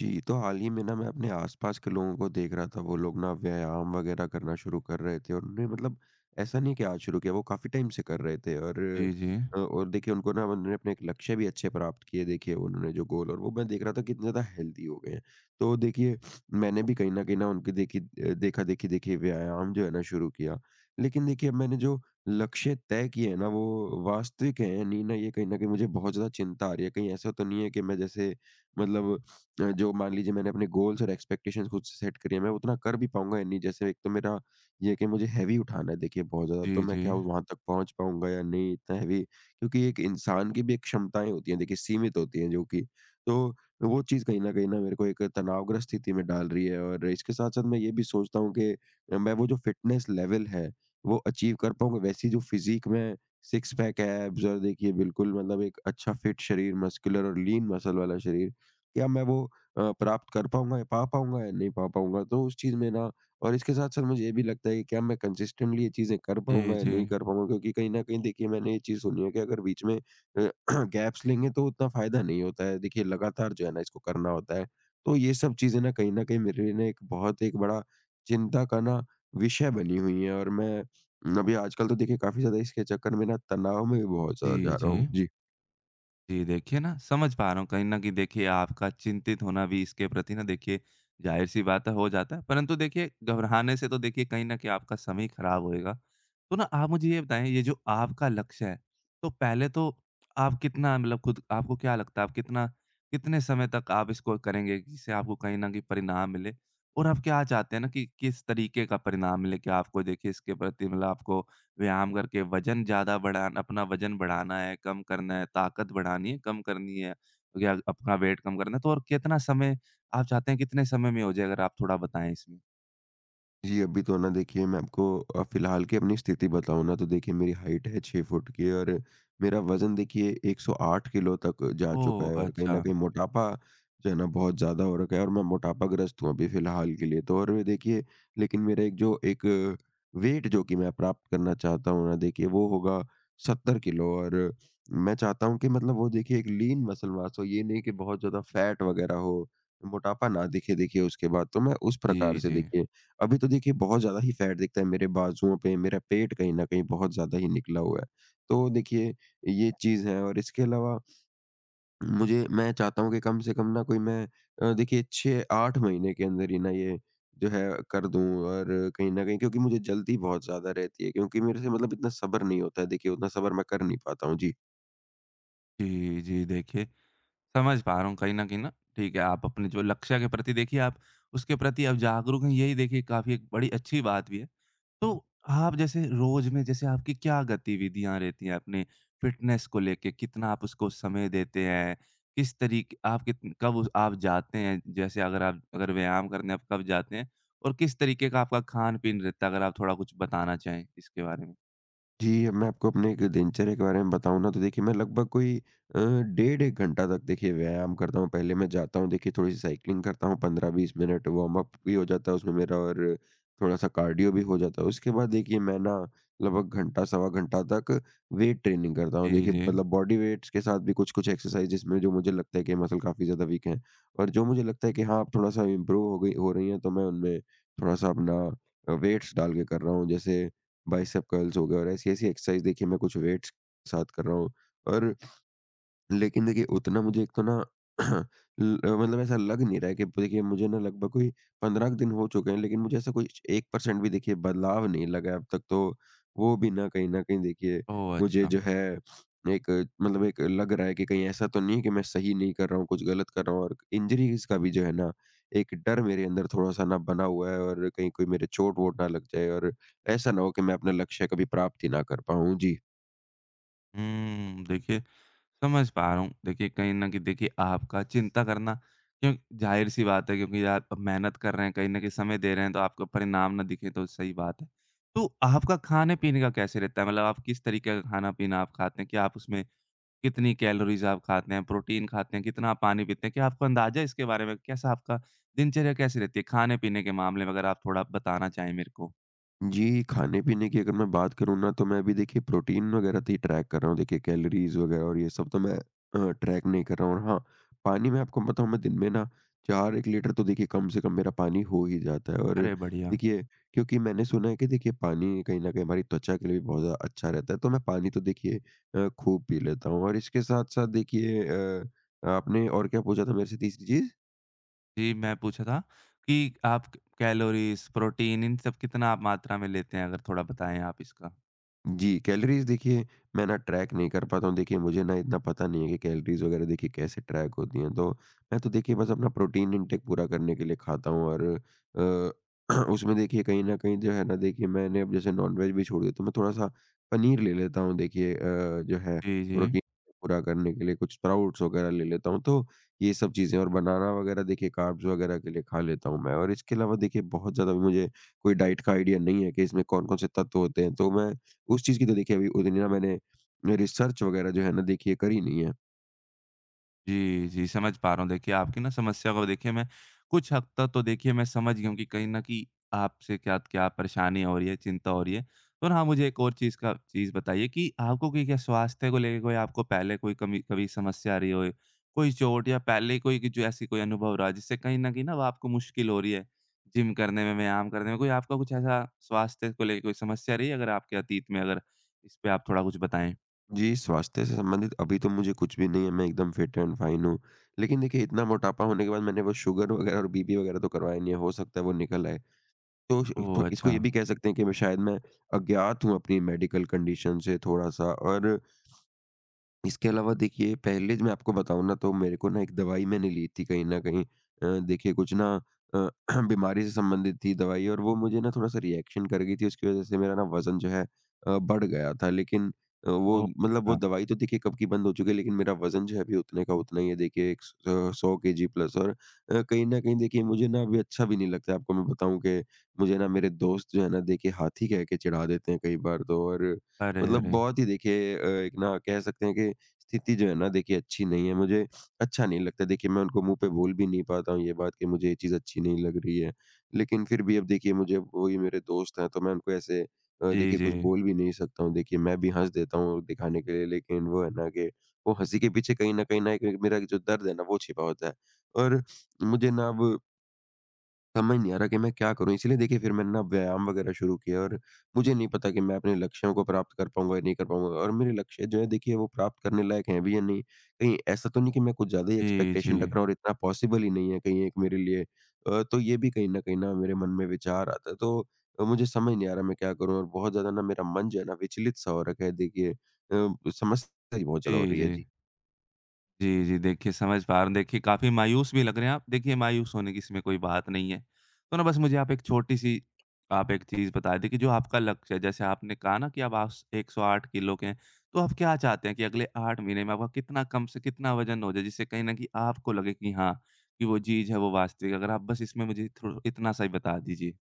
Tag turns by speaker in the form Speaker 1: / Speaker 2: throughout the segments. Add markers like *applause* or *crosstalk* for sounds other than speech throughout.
Speaker 1: जी, तो हाल ही में ना मैं अपने आसपास के लोगों को देख रहा था, वो लोग ना व्यायाम वगैरह करना शुरू कर रहे थे और उन्होंने मतलब ऐसा नहीं कि आज शुरू किया, वो काफ़ी टाइम से कर रहे थे और
Speaker 2: जी, जी।
Speaker 1: देखिए उनको ना उन्होंने अपने एक लक्ष्य भी अच्छे प्राप्त किए, देखिए उन्होंने जो गोल और वो मैं देख रहा था कितने ज़्यादा हेल्दी हो गए हैं। तो देखिए मैंने भी कहीं न कहीं ना उनकी देखा-देखी देखिए व्यायाम जो है ना शुरू किया। लेकिन देखिए अब मैंने जो लक्ष्य तय किए हैं ना वो वास्तविक हैं या नहीं ना, ये कहीं न कहीं मुझे बहुत ज़्यादा चिंता आ रही है। कहीं ऐसा तो नहीं है कि मैं जैसे मतलब जो मान लीजिए मैंने अपने गोल्स और एक्सपेक्टेशंस खुद से सेट करी है, मैं उतना कर भी पाऊँगा या नहीं? जैसे एक तो मेरा ये है कि मुझे हेवी उठाना है देखिए बहुत ज़्यादा, तो
Speaker 2: जी,
Speaker 1: मैं
Speaker 2: जी।
Speaker 1: क्या वहाँ तक पहुँच पाऊँगा या नहीं इतना हेवी? क्योंकि एक इंसान की भी एक क्षमताएँ होती हैं देखिए, सीमित होती हैं जो कि। तो वो चीज़ कहीं न कहीं ना मेरे को एक तनावग्रस्त स्थिति में डाल रही है, और इसके साथ-साथ मैं ये भी सोचता हूँ कि मैं वो जो फ़िटनेस लेवल है, वो अचीव कर पाऊँगा? वैसी जो फ़िज़ीक में सिक्स पैक, एब्स और देखिए बिल्कुल मतलब एक अच्छा फिट शरीर, मस्कुलर और लीन मसल वाला शरीर, क्या मैं वो प्राप्त कर पाऊँगा या पा पाऊँगा या नहीं पा पाऊँगा? तो उस चीज़ में ना और इसके साथ-साथ मुझे ये भी लगता है कि क्या मैं कंसिस्टेंटली ये चीज़ें कर पाऊँगा
Speaker 2: जी,
Speaker 1: या
Speaker 2: जी।
Speaker 1: नहीं कर पाऊँगा? क्योंकि कहीं न कहीं देखिए मैंने ये चीज़ सुनी है कि अगर बीच में गैप्स *clears throat* लेंगे तो उतना फ़ायदा नहीं होता है। देखिए लगातार जो है ना इसको करना होता है। तो ये सब चीज़ें ना कहीं न कहीं मेरे लिए ना एक बहुत एक बड़ा चिंता का ना विषय बनी हुई है, और मैं अभी आजकल तो देखिए काफ़ी ज़्यादा इसके चक्कर में ना तनाव में भी बहुत ज़्यादा
Speaker 2: जी,
Speaker 1: जा रहा
Speaker 2: जी।
Speaker 1: हूँ। जी।
Speaker 2: जी, देखिए ना समझ पा रहा हूँ, कहीं न कहीं देखिए आपका चिंतित होना भी इसके प्रति ना देखिए ज़ाहिर-सी बात है, हो जाता है। परंतु देखिए घबराने से तो देखिए कहीं न कहीं आपका समय ही खराब होएगा। तो ना आप मुझे ये बताएँ, ये जो आपका लक्ष्य है, तो पहले तो आप कितना मतलब खुद आपको क्या लगता है, आप कितना कितने समय तक आप इसको करेंगे जिससे आपको कहीं न कहीं परिणाम मिले? और आप क्या चाहते हैं ना कि किस तरीके का परिणाम मिले? क्या आपको देखिए इसके प्रति मतलब आपको व्यायाम करके वज़न ज़्यादा बढ़ाना, अपना वज़न बढ़ाना है, कम करना है, ताकत बढ़ानी है, कम करनी है, या अपना वेट कम करना है, तो और कितना समय आप चाहते हैं कितने समय में हो जाए, अगर आप थोड़ा बताएँ इसमें?
Speaker 1: जी, अभी तो ना देखिए मैं आपको फ़िलहाल की अपनी स्थिति बताऊँ ना, तो देखिए मेरी हाइट है 6 फुट की और मेरा वज़न देखिए 108 किलो तक जा चुका
Speaker 2: ओह!
Speaker 1: है, और कहीं न
Speaker 2: अच्छा।
Speaker 1: कहीं मोटापा जो है ना बहुत ज़्यादा हो रखा है और मैं मोटापाग्रस्त हूँ अभी फ़िलहाल के लिए तो। और वे देखिए लेकिन मेरा एक जो एक वेट जो कि मैं प्राप्त करना चाहता हूँ ना देखिए वो होगा 70 किलो। और मैं चाहता हूँ कि मतलब वो देखिए एक लीन मसल मास हो, ये नहीं कि बहुत ज़्यादा फ़ैट वग़ैरह हो, मोटापा ना दिखे देखिए उसके बाद। तो मैं उस प्रकार
Speaker 2: जी,
Speaker 1: से
Speaker 2: जी।
Speaker 1: देखिए अभी तो देखिए बहुत ज़्यादा ही फैट दिखता है मेरे बाजुओं पे, मेरा पेट कहीं न कहीं बहुत ज़्यादा ही निकला हुआ है। तो देखिए ये चीज़ है। और इसके अलावा मुझे मैं चाहता हूँ कि कम से कम ना कोई मैं देखिए 6-8 महीने के अंदर ही ना ये जो है कर दूँ। और कहीं न कहीं क्योंकि मुझे जल्दी बहुत ज़्यादा रहती है, क्योंकि मेरे से मतलब इतना सब्र नहीं होता है, देखिए उतना सब्र मैं कर नहीं पाता हूँ। जी।
Speaker 2: जी, जी, देखिए समझ पा रहा हूँ, कहीं न कहीं ना ठीक है, आप अपने जो लक्ष्य के प्रति देखिए आप उसके प्रति आप जागरूक हैं, यही देखिए काफ़ी एक बड़ी अच्छी बात भी है। तो आप जैसे रोज में जैसे आपकी क्या गतिविधियां रहती हैं, अपने फिटनेस को लेके कितना आप उसको समय देते हैं, किस तरीके आप कित कब आप जाते हैं, जैसे अगर आप अगर व्यायाम करने आप कब जाते हैं, और किस तरीके का आपका खान पीन रहता है, अगर आप थोड़ा कुछ बताना चाहें इसके बारे में।
Speaker 1: जी, अब मैं आपको अपने एक दिनचर्या के बारे में बताऊँ ना तो देखिए मैं लगभग कोई अ, डेढ़ 1 घंटा तक देखिए व्यायाम करता हूँ। पहले मैं जाता हूँ देखिए थोड़ी-सी साइक्लिंग करता हूँ 15-20 मिनट, वार्म अप भी हो जाता है उसमें मेरा और थोड़ा-सा कार्डियो भी हो जाता है। उसके बाद देखिए मैं ना लगभग घंटा, सवा घंटा तक वेट ट्रेनिंग करता
Speaker 2: जी,
Speaker 1: हूँ। देखिए
Speaker 2: जी।
Speaker 1: मतलब बॉडी वेट्स के साथ भी कुछ-कुछ एक्सरसाइज जिसमें जो मुझे लगता है कि मसल काफ़ी ज़्यादा वीक हैं, और जो मुझे लगता है कि हाँ, अब थोड़ा-सा इम्प्रूव हो रही हैं, तो मैं उनमें थोड़ा-सा अपना वेट्स डाल के कर रहा हूँ। जैसे बाइसेप कर्ल्स हो गए और ऐसी-ऐसी एक्सरसाइज़ देखिए मैं कुछ वेट्स साथ कर रहा हूँ। और लेकिन देखिए उतना मुझे एक तो ना *clears throat* ल मतलब ऐसा लग नहीं रहा है कि देखिए मुझे ना लगभग कोई 15 दिन हो चुके हैं, लेकिन मुझे ऐसा कोई 1% भी देखिए बदलाव नहीं लगा है अब तक तो। वो भी ना कहीं न कहीं देखिए
Speaker 2: ओह,
Speaker 1: मुझे
Speaker 2: अच्छा।
Speaker 1: जो है एक मतलब एक लग रहा है कि कहीं ऐसा तो नहीं है कि मैं सही नहीं कर रहा हूँ, कुछ गलत कर रहा हूँ। और इंजरीज़ का भी जो है ना एक डर मेरे अंदर थोड़ा-सा ना बना हुआ है, और कहीं कोई मेरे चोट-वोट ना लग जाए और ऐसा ना हो कि मैं अपना लक्ष्य कभी प्राप्त ही ना कर पाऊँ। जी।
Speaker 2: हम्म, देखिए समझ पा रहा हूँ। देखिए, कहीं न कहीं देखिए आपका चिंता करना क्यों, ज़ाहिर-सी बात है, क्योंकि आप मेहनत कर रहे हैं, कहीं न कहीं समय दे रहे हैं, तो आपको परिणाम ना दिखे तो सही बात है। तो आपका खाने-पीने का कैसे रहता है? मतलब आप किस तरीके का खाना-पीना आप खाते हैं? क्या आप उसमें कितनी कैलोरीज़ आप खाते हैं, प्रोटीन खाते हैं, कितना आप पानी पीते हैं? क्या आपको अंदाज़ा है इसके बारे में? कैसा आपका दिनचर्या कैसी रहती है खाने-पीने के मामले में? अगर आप थोड़ा बताना चाहें मेरे को।
Speaker 1: जी, खाने-पीने की अगर मैं बात करूँ ना, तो मैं अभी देखिए प्रोटीन वगैरह तो ही ट्रैक कर रहा हूँ। देखिए कैलोरीज़ वगैरह और ये सब तो मैं ट्रैक नहीं कर रहा हूँ। और हाँ, पानी मैं आपको बताऊँ, मैं दिन में ना 4-1 लीटर तो देखिए कम से कम मेरा पानी हो ही जाता है। और
Speaker 2: अरे, बढ़िया।
Speaker 1: देखिए क्योंकि मैंने सुना है कि देखिए पानी कहीं न कहीं हमारी त्वचा के लिए भी बहुत ज़्यादा अच्छा रहता है, तो मैं पानी तो देखिए खूब पी लेता हूँ। और इसके साथ-साथ देखिए आपने और क्या पूछा था मेरे से तीसरी चीज़?
Speaker 2: जी, मैं पूछा था कि आप क कैलोरीज़, प्रोटीन, इन सब कितना आप मात्रा में लेते हैं? अगर थोड़ा बताएँ आप इसका?
Speaker 1: जी, कैलोरीज़ देखिए मैं ना ट्रैक नहीं कर पाता हूँ। देखिए मुझे ना इतना पता नहीं है कि कैलोरीज़ वग़ैरह देखिए कैसे ट्रैक होती हैं। तो मैं तो देखिए बस अपना प्रोटीन इनटेक पूरा करने के लिए खाता हूँ और अ, *clears throat* उसमें देखिए कहीं न कहीं जो है ना देखिए मैंने अब जैसे नॉन-वेज भी छोड़ दिया, तो मैं थोड़ा-सा पनीर ले लेता हूँ देखिए जो है
Speaker 2: जी, जी।
Speaker 1: प्रोटीन पूरा करने के लिए कुछ स्प्राउट्स वग़ैरह ले लेता हूँ। तो ये सब चीज़ें और बनाना वग़ैरह देखिए कार्ब्स वग़ैरह के लिए खा लेता हूँ मैं। और इसके अलावा देखिए बहुत ज़्यादा मुझे कोई डाइट का आईडिया नहीं है कि इसमें कौन-कौन से तत्व होते हैं। तो मैं उस चीज़ की तो देखिए अभी उतनी ना मैंने रिसर्च वगैरह जो है ना देखिए करी नहीं है।
Speaker 2: जी, जी, समझ पा रहा हूँ। देखिए, आपकी ना समस्या को देखिए मैं कुछ हद तक तो देखिए मैं समझ गया हूँ कि कहीं न कहीं आपसे क्या क्या परेशानी हो रही है, चिंता हो रही है। और हाँ, मुझे एक और चीज़ बताइए कि आपको कोई क्या स्वास्थ्य को लेके, कोई आपको पहले कोई कमी कभी समस्या आ रही हो, कोई चोट या पहले कोई कि जो ऐसी कोई अनुभव रहा जिससे कहीं न कहीं ना वो आपको मुश्किल हो रही है, जिम करने में, व्यायाम करने में? कोई आपका कुछ ऐसा स्वास्थ्य को लेके कोई समस्या रही है अगर आपके अतीत में, अगर इस पे आप थोड़ा कुछ बताएँ?
Speaker 1: जी, स्वास्थ्य से संबंधित अभी तो मुझे कुछ भी नहीं है, मैं एकदम फिट एंड फाइन हूँ। लेकिन देखिए इतना मोटापा होने के बाद मैंने वो शुगर वगैरह और बीपी वगैरह तो करवाया नहीं है, हो सकता है वो निकल आए। तो श तो
Speaker 2: ओह!
Speaker 1: इसको
Speaker 2: अच्छा।
Speaker 1: ये भी कह सकते हैं कि मैं शायद मैं अज्ञात हूँ अपनी मेडिकल कंडीशन से थोड़ा-सा। और इसके अलावा देखिए पहले मैं आपको बताऊँ ना तो मेरे को ना एक दवाई मैंने ली थी कहीं न कहीं देखिए कुछ ना अ, *clears throat* बीमारी से संबंधित थी दवाई, और वो मुझे ना थोड़ा-सा रिएक्शन कर गई थी उसकी वज़ह से मेरा ना वज़न जो है बढ़ गया था। लेकिन वो
Speaker 2: ओह!
Speaker 1: मतलब वो
Speaker 2: हाँ।
Speaker 1: दवाई तो देखिए कब की बंद हो चुकी है, लेकिन मेरा वज़न जो है अभी उतने का उतना ही है देखिए 100 केजी प्लस, और कहीं न कहीं देखिए मुझे ना अभी अच्छा भी नहीं लगता है। आपको मैं बताऊँ कि मुझे ना मेरे दोस्त जो है ना देखिए हाथी कह के चिढ़ा देते हैं कई बार तो। और
Speaker 2: अरे,
Speaker 1: मतलब
Speaker 2: अरे!
Speaker 1: बहुत ही देखिए एक ना कह सकते हैं कि स्थिति जो है ना देखिए अच्छी नहीं है, मुझे अच्छा नहीं लगता। देखिए मैं उनको मुँह पे बोल भी नहीं पाता हूँ ये बात कि मुझे ये चीज़ अच्छी नहीं लग रही है। लेकिन फिर भी अब देखिए मुझे वो ये मेरे दोस्त हैं, तो मैं उनको ऐसे
Speaker 2: जी,
Speaker 1: देखिए
Speaker 2: जी।
Speaker 1: कुछ बोल भी नहीं सकता हूँ। देखिए मैं भी हँस देता हूँ दिखाने के लिए, लेकिन वो है ना कि वो हँसी के पीछे कहीं न कहीं ना एक मेरा जो दर्द है ना वो छिपा होता है। और मुझे ना अब समझ नहीं आ रहा कि मैं क्या करूँ? इसलिए देखिए फिर मैंने ना व्यायाम वगैरह शुरू किया। और मुझे नहीं पता कि मैं अपने लक्ष्यों को प्राप्त कर पाऊँगा या नहीं कर पाऊँगा, और मेरे लक्ष्य जो है देखिए वो प्राप्त करने लायक हैं भी या नहीं? कहीं ऐसा तो नहीं कि मैं कुछ ज़्यादा ही
Speaker 2: जी,
Speaker 1: एक्सपेक्टेशन
Speaker 2: जी।
Speaker 1: रख रहा हूँ और इतना पॉसिबल ही नहीं है कहीं एक मेरे लिए तो ये भी कहीं न कहीं ना मेरे मन में विचार आता है। तो मुझे समझ नहीं आ रहा मैं क्या करूँ? और बहुत ज़्यादा ना मेरा मन जो है ना विचलित-सा हो रखा है देखिए समस्या ही बहुत ज़्यादा हो
Speaker 2: जी,
Speaker 1: रही है।
Speaker 2: जी।
Speaker 1: जी।
Speaker 2: जी, जी। देखिए समझ पा रहा हूँ। देखिए काफ़ी मायूस भी लग रहे हैं आप। देखिए मायूस होने की इसमें कोई बात नहीं है। तो ना बस मुझे आप एक छोटी-सी आप एक चीज़ बता दें कि जो आपका लक्ष्य है, जैसे आपने कहा ना कि अब आप 108 किलो के हैं, तो आप क्या चाहते हैं कि अगले 8 महीने में आपका कितना, कम से कितना वज़न हो जाए? जिससे कहीं न कहीं आपको लगे कि हाँ, कि वो चीज़ है वो वास्तविक। अगर आप बस इसमें मुझे थोड़ा इतना सा ही बता दीजिए।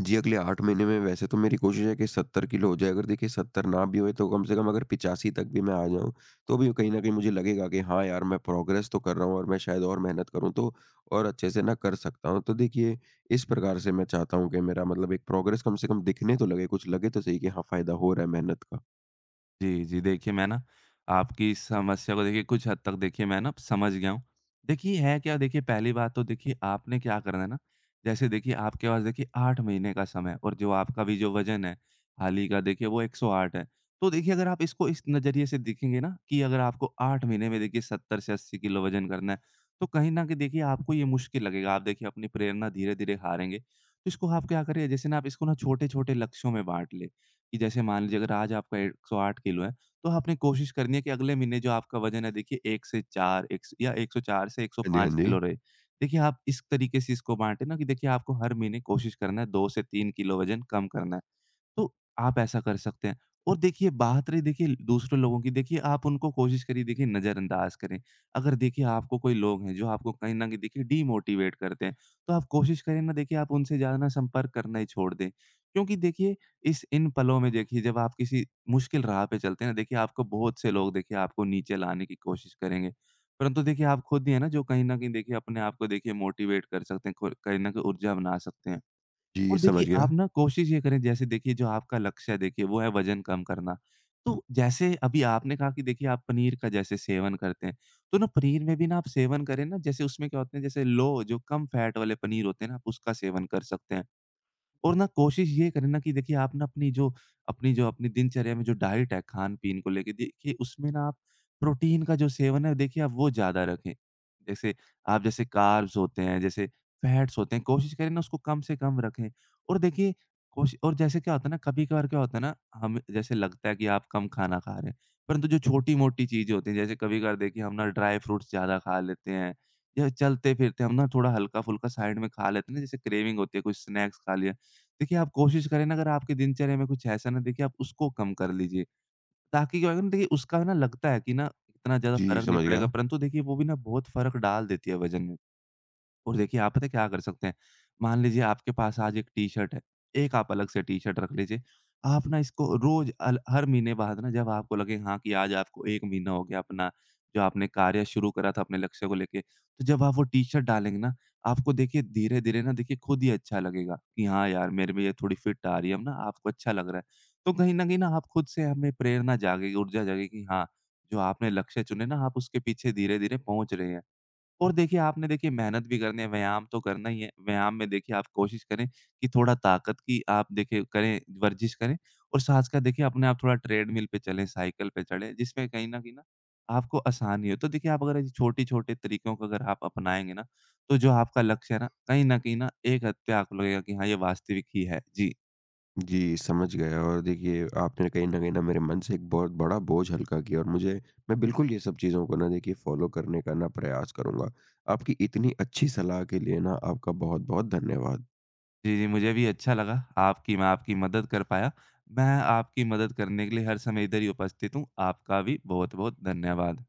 Speaker 1: जी, अगले 8 महीने में वैसे तो मेरी कोशिश है कि 70 किलो हो जाए। अगर देखिए 70 ना भी होए तो कम से कम अगर 85 तक भी मैं आ जाऊँ, तो भी कहीं न कहीं मुझे लगेगा कि हाँ यार, मैं प्रोग्रेस तो कर रहा हूँ, और मैं शायद और मेहनत करूँ तो और अच्छे से ना कर सकता हूँ। तो देखिए, इस प्रकार से मैं चाहता हूँ कि मेरा मतलब एक प्रोग्रेस कम से कम दिखने तो लगे, कुछ लगे तो सही कि हाँ, फ़ायदा हो रहा है मेहनत का।
Speaker 2: जी, जी। देखिए, मैं ना आपकी समस्या को देखिए कुछ हद तक देखिए मैं ना समझ गया हूँ। देखिए है क्या देखिए, पहली बात तो देखिए आपने क्या करना है ना, जैसे देखिए आपके पास देखिए 8 महीने का समय है, और जो आपका भी जो वज़न है, हाल ही का देखिए वो 108 है। तो देखिए अगर आप इसको इस नज़रिए से देखेंगे ना कि अगर आपको 8 महीने में देखिए 70 से 80 किलो वज़न करना है, तो कहीं न कहीं देखिए आपको ये मुश्किल लगेगा। आप देखिए अपनी प्रेरणा धीरे-धीरे हारेंगे। तो इसको आप क्या करिए, जैसे ना आप इसको ना छोटे-छोटे लक्ष्यों में बाँट लें। कि जैसे मान लीजिए अगर आज आपका 108 किलो है, तो आपने कोशिश करनी है कि अगले महीने जो आपका वज़न है देखिए 1 से 4 एक या 104 से
Speaker 1: हाँ जी, हाँ
Speaker 2: 105 किलो
Speaker 1: जी।
Speaker 2: रहे। देखिए आप इस तरीके से इसको बाँटे ना कि देखिए आपको हर महीने कोशिश करना है, 2 से 3 किलो वज़न कम करना है। तो आप ऐसा कर सकते हैं। और देखिए बात रही देखिए दूसरे लोगों की, देखिए आप उनको कोशिश करिए देखिए नज़रअंदाज करें। अगर देखिए आपको कोई लोग हैं जो आपको कहीं न कहीं देखिए डीमोटिवेट करते हैं, तो आप कोशिश करें ना देखिए आप उनसे ज़्यादा ना संपर्क करना ही छोड़ दें। क्योंकि देखिए इस इन पलों में देखिए जब आप किसी मुश्किल राह पे चलते हैं ना, देखिए आपको बहुत से लोग देखिए आपको नीचे लाने की कोशिश करेंगे। परंतु देखिए आप खुद ही हैं ना, जो कहीं न कहीं देखिए अपने आप को देखिए मोटिवेट कर सकते हैं, खुद कहीं न कहीं ऊर्जा बना सकते हैं।
Speaker 1: जी,
Speaker 2: और देखिए,
Speaker 1: समझ
Speaker 2: आप
Speaker 1: गया।
Speaker 2: ना कोशिश ये करें जैसे देखिए, जो आपका लक्ष्य है देखिए वो है वज़न कम करना। तो जैसे अभी आपने कहा कि देखिए आप पनीर का जैसे सेवन करते हैं, तो ना पनीर में भी ना आप सेवन करें ना, जैसे उसमें क्या होता है, जैसे लो जो कम फैट वाले पनीर होते हैं ना आप उसका सेवन कर सकते हैं। और ना कोशिश ये करें ना कि देखिए आप ना अपनी दिनचर्या में जो डाइट है खान-पीन को लेके देखिए उसमें ना आप प्रोटीन का जो सेवन है देखिए आप वो ज़्यादा रखें। जैसे आप जैसे कार्ब्स होते हैं, जैसे फैट्स होते हैं, कोशिश करें ना उसको कम से कम रखें। और देखिए कोशि और जैसे क्या होता है ना, कभी-कभार क्या होता है ना, हमें जैसे लगता है कि आप कम खाना खा रहे हैं, परंतु जो छोटी-मोटी चीज़ें होती हैं, जैसे कभी-कभार देखिए हम ना ड्राई फ्रूट्स ज़्यादा खा लेते हैं, या चलते-फिरते हम ना थोड़ा हल्का-फुल्का साइड में खा लेते हैं ना, जैसे क्रेविंग होती है, कोई स्नैक्स खा लिया। देखिए, आप कोशिश करें ना अगर आपकी दिनचर्या में कुछ ऐसा ना, देखिए आप उसको कम कर लीजिए। ताकि क्या होगा ना, देखिए उसका ना लगता है कि ना इतना ज़्यादा
Speaker 1: जी,
Speaker 2: फ़र्क नहीं
Speaker 1: समझ
Speaker 2: पड़ेगा,
Speaker 1: गया।
Speaker 2: परंतु देखिए वो भी ना बहुत फ़र्क डाल देती है वज़न में। और देखिए, आप पता है क्या कर सकते हैं? मान लीजिए आपके पास आज एक टी-शर्ट है, एक आप अलग से टी-शर्ट रख लीजिए। आप ना इसको रोज़ अल हर महीने बाद ना जब आपको लगे हाँ, कि आज आपको 1 महीना हो गया अपना जो आपने कार्य शुरू करा था अपने लक्ष्य को लेके, तो जब आप वो टी-शर्ट डालेंगे ना, आपको देखिए धीरे-धीरे ना देखिए खुद ही अच्छा लगेगा कि हाँ यार, मेरे में ये थोड़ी फिट आ रही है अब ना, आपको अच्छा लग रहा है। तो कहीं न कहीं ना आप खुद से हमें प्रेरणा जागेगी, ऊर्जा जागेगी कि हाँ, जो आपने लक्ष्य चुने ना, आप उसके पीछे धीरे-धीरे पहुँच रहे हैं। और देखिए आपने देखिए मेहनत भी करनी है, व्यायाम तो करना ही है। व्यायाम में देखिए आप कोशिश करें कि थोड़ा ताकत की आप देखिए करें, वर्जिश करें, और साथ का देखिए अपने आप थोड़ा ट्रेडमिल पे चलें, साइकिल पे चढ़ें, जिसमें कहीं न कहीं ना आपको आसानी हो। तो देखिए आप अगर छोटे-छोटे तरीकों को अगर आप अपनाएँगे ना, तो जो आपका लक्ष्य है ना, कहीं न कहीं ना एक हद पे आपको लगेगा कि हाँ, ये वास्तविक ही है। जी।
Speaker 1: जी, समझ गया, और देखिए आपने कहीं न कहीं ना मेरे मन से एक बहुत बड़ा बोझ हल्का किया, और मुझे मैं बिल्कुल ये सब चीज़ों को ना देखिए फ़ॉलो करने का ना प्रयास करूँगा। आपकी इतनी अच्छी सलाह के लिए ना आपका बहुत-बहुत धन्यवाद।
Speaker 2: जी, जी, मुझे भी अच्छा लगा आपकी मैं आपकी मदद कर पाया। मैं आपकी मदद करने के लिए हर समय इधर ही उपस्थित हूँ। आपका भी बहुत-बहुत धन्यवाद।